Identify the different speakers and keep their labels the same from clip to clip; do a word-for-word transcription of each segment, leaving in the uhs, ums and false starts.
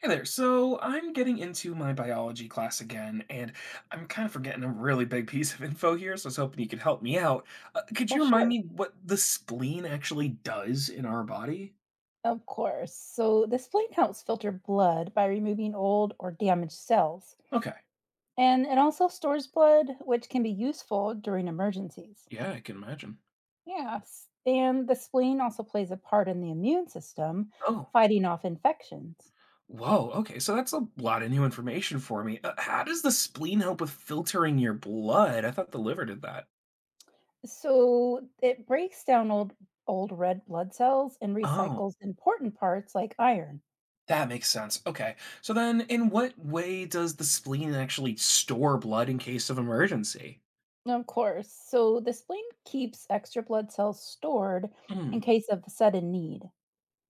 Speaker 1: Hey there. So I'm getting into my biology class again, and I'm kind of forgetting a really big piece of info here, so I was hoping you could help me out. Uh, could
Speaker 2: Well,
Speaker 1: you
Speaker 2: sure.
Speaker 1: remind me what the spleen actually does in our body?
Speaker 2: Of course. So, the spleen helps filter blood by removing old or damaged cells.
Speaker 1: Okay.
Speaker 2: And it also stores blood, which can be useful during emergencies.
Speaker 1: Yeah, I can imagine.
Speaker 2: Yes. And the spleen also plays a part in the immune system,
Speaker 1: Oh,
Speaker 2: fighting off infections.
Speaker 1: whoa. Okay, so that's a lot of new information for me. Uh, how does the spleen help with filtering your blood? I thought the liver did that.
Speaker 2: So, it breaks down old, old red blood cells and
Speaker 1: Oh,
Speaker 2: recycles important parts like iron.
Speaker 1: that makes sense. Okay. So then, in what way does the spleen actually store blood in case of emergency?
Speaker 2: Of course. So, the spleen keeps extra blood cells stored
Speaker 1: Hmm.
Speaker 2: in case of sudden need.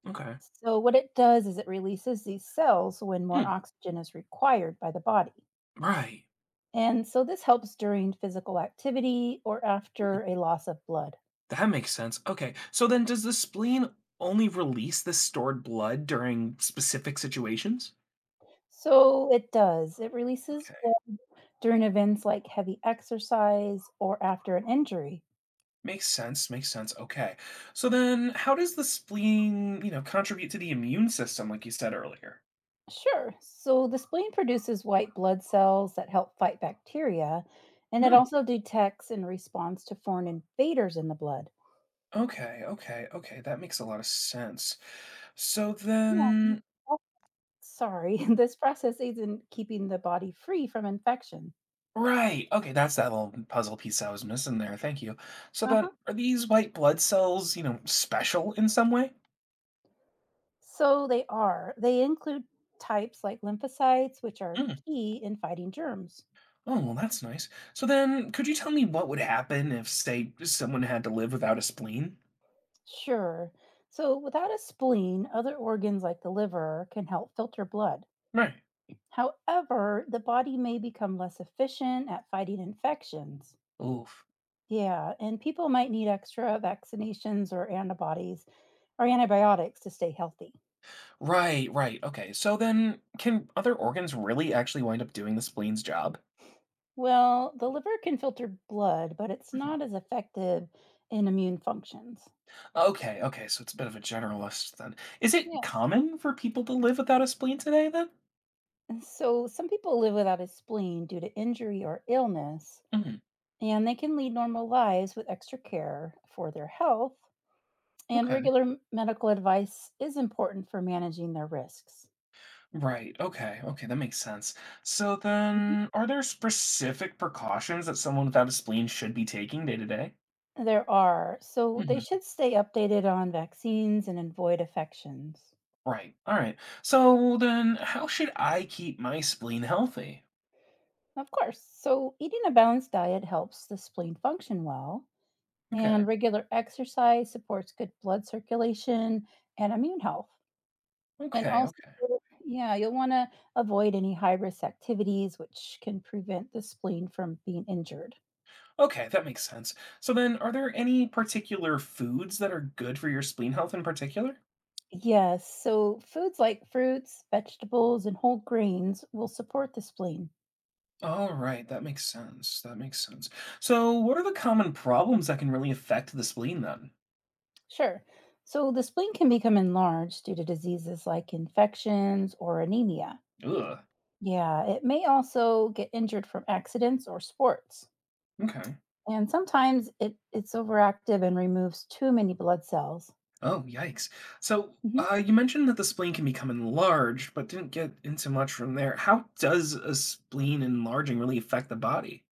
Speaker 1: Okay.
Speaker 2: So, what it does is it releases these cells when more
Speaker 1: Hmm.
Speaker 2: oxygen is required by the body.
Speaker 1: Right.
Speaker 2: And so, this helps during physical activity or
Speaker 1: Hmm,
Speaker 2: after a loss of blood.
Speaker 1: that makes sense. Okay. So then does the spleen only release the stored blood during specific situations?
Speaker 2: So, it does, it releases
Speaker 1: Okay.
Speaker 2: blood during events like heavy exercise or after an injury.
Speaker 1: Makes sense. Makes sense. Okay. So then how does the spleen, you know, contribute to the immune system like you said earlier?
Speaker 2: Sure. So, the spleen produces white blood cells that help fight bacteria, and it
Speaker 1: Hmm.
Speaker 2: also detects and responds to foreign invaders in the blood.
Speaker 1: Okay. Okay. Okay. That makes a lot of sense. So
Speaker 2: Yeah.
Speaker 1: then
Speaker 2: Sorry, this process aids in keeping the body free from infection.
Speaker 1: Right. Okay, that's that little puzzle piece I was missing there. Thank you. So then
Speaker 2: Uh-huh.
Speaker 1: are these white blood cells, you know, special in some way?
Speaker 2: So they are. They include types like lymphocytes, which are
Speaker 1: Hmm.
Speaker 2: key in fighting germs.
Speaker 1: Oh, well, that's nice. So then, could you tell me what would happen if, say, someone had to live without a spleen?
Speaker 2: Sure. So without a spleen, other organs like the liver can help filter blood.
Speaker 1: Right.
Speaker 2: However, the body may become less efficient at fighting infections.
Speaker 1: Oof.
Speaker 2: Yeah, and people might need extra vaccinations or antibodies or antibiotics to stay healthy.
Speaker 1: Right, right. Okay. So then, can other organs really actually wind up doing the spleen's job?
Speaker 2: Well, the liver can filter blood, but it's
Speaker 1: Mhm.
Speaker 2: not as effective in immune functions.
Speaker 1: Okay, okay. So it's a bit of a generalist then. Is it
Speaker 2: Yes.
Speaker 1: common for people to live without a spleen today then?
Speaker 2: And so some people live without a spleen due to injury or illness,
Speaker 1: hmm
Speaker 2: and they can lead normal lives with extra care for their health. And
Speaker 1: Okay.
Speaker 2: regular m- medical advice is important for managing their risks.
Speaker 1: Right. Okay. Okay. That makes sense. So
Speaker 2: Mhm.
Speaker 1: then, are there specific precautions that someone without a spleen should be taking day to day?
Speaker 2: There are, so they should stay updated on vaccines and avoid infections.
Speaker 1: Right. All right. So then how should I keep my spleen healthy?
Speaker 2: Of course. So, eating a balanced diet helps the spleen function well,
Speaker 1: Okay.
Speaker 2: and regular exercise supports good blood circulation and immune health. And
Speaker 1: Okay.
Speaker 2: also,
Speaker 1: Okay.
Speaker 2: yeah, you'll want to avoid any high risk activities, which can prevent the spleen from being injured.
Speaker 1: Okay, that makes sense. So then are there any particular foods that are good for your spleen health in particular?
Speaker 2: Yes, so foods like fruits, vegetables, and whole grains will support the spleen.
Speaker 1: All right, that makes sense. That makes sense. So what are the common problems that can really affect the spleen then?
Speaker 2: Sure. So the spleen can become enlarged due to diseases like infections or anemia.
Speaker 1: Ugh.
Speaker 2: Yeah, it may also get injured from accidents or sports.
Speaker 1: Okay.
Speaker 2: And sometimes it, it's overactive and removes too many blood cells.
Speaker 1: Oh, yikes. So
Speaker 2: Hmm.
Speaker 1: uh, you mentioned that the spleen can become enlarged, but didn't get into much from there. How does a spleen enlarging really affect the body?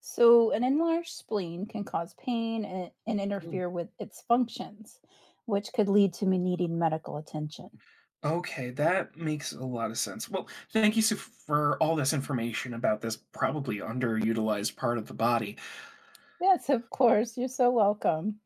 Speaker 2: So, an enlarged spleen can cause pain and, and interfere with its functions, which could lead to me needing medical attention.
Speaker 1: Okay, that makes a lot of sense. Well, thank you so for all this information about this probably underutilized part of the body.
Speaker 2: Yes, of course. You're so welcome.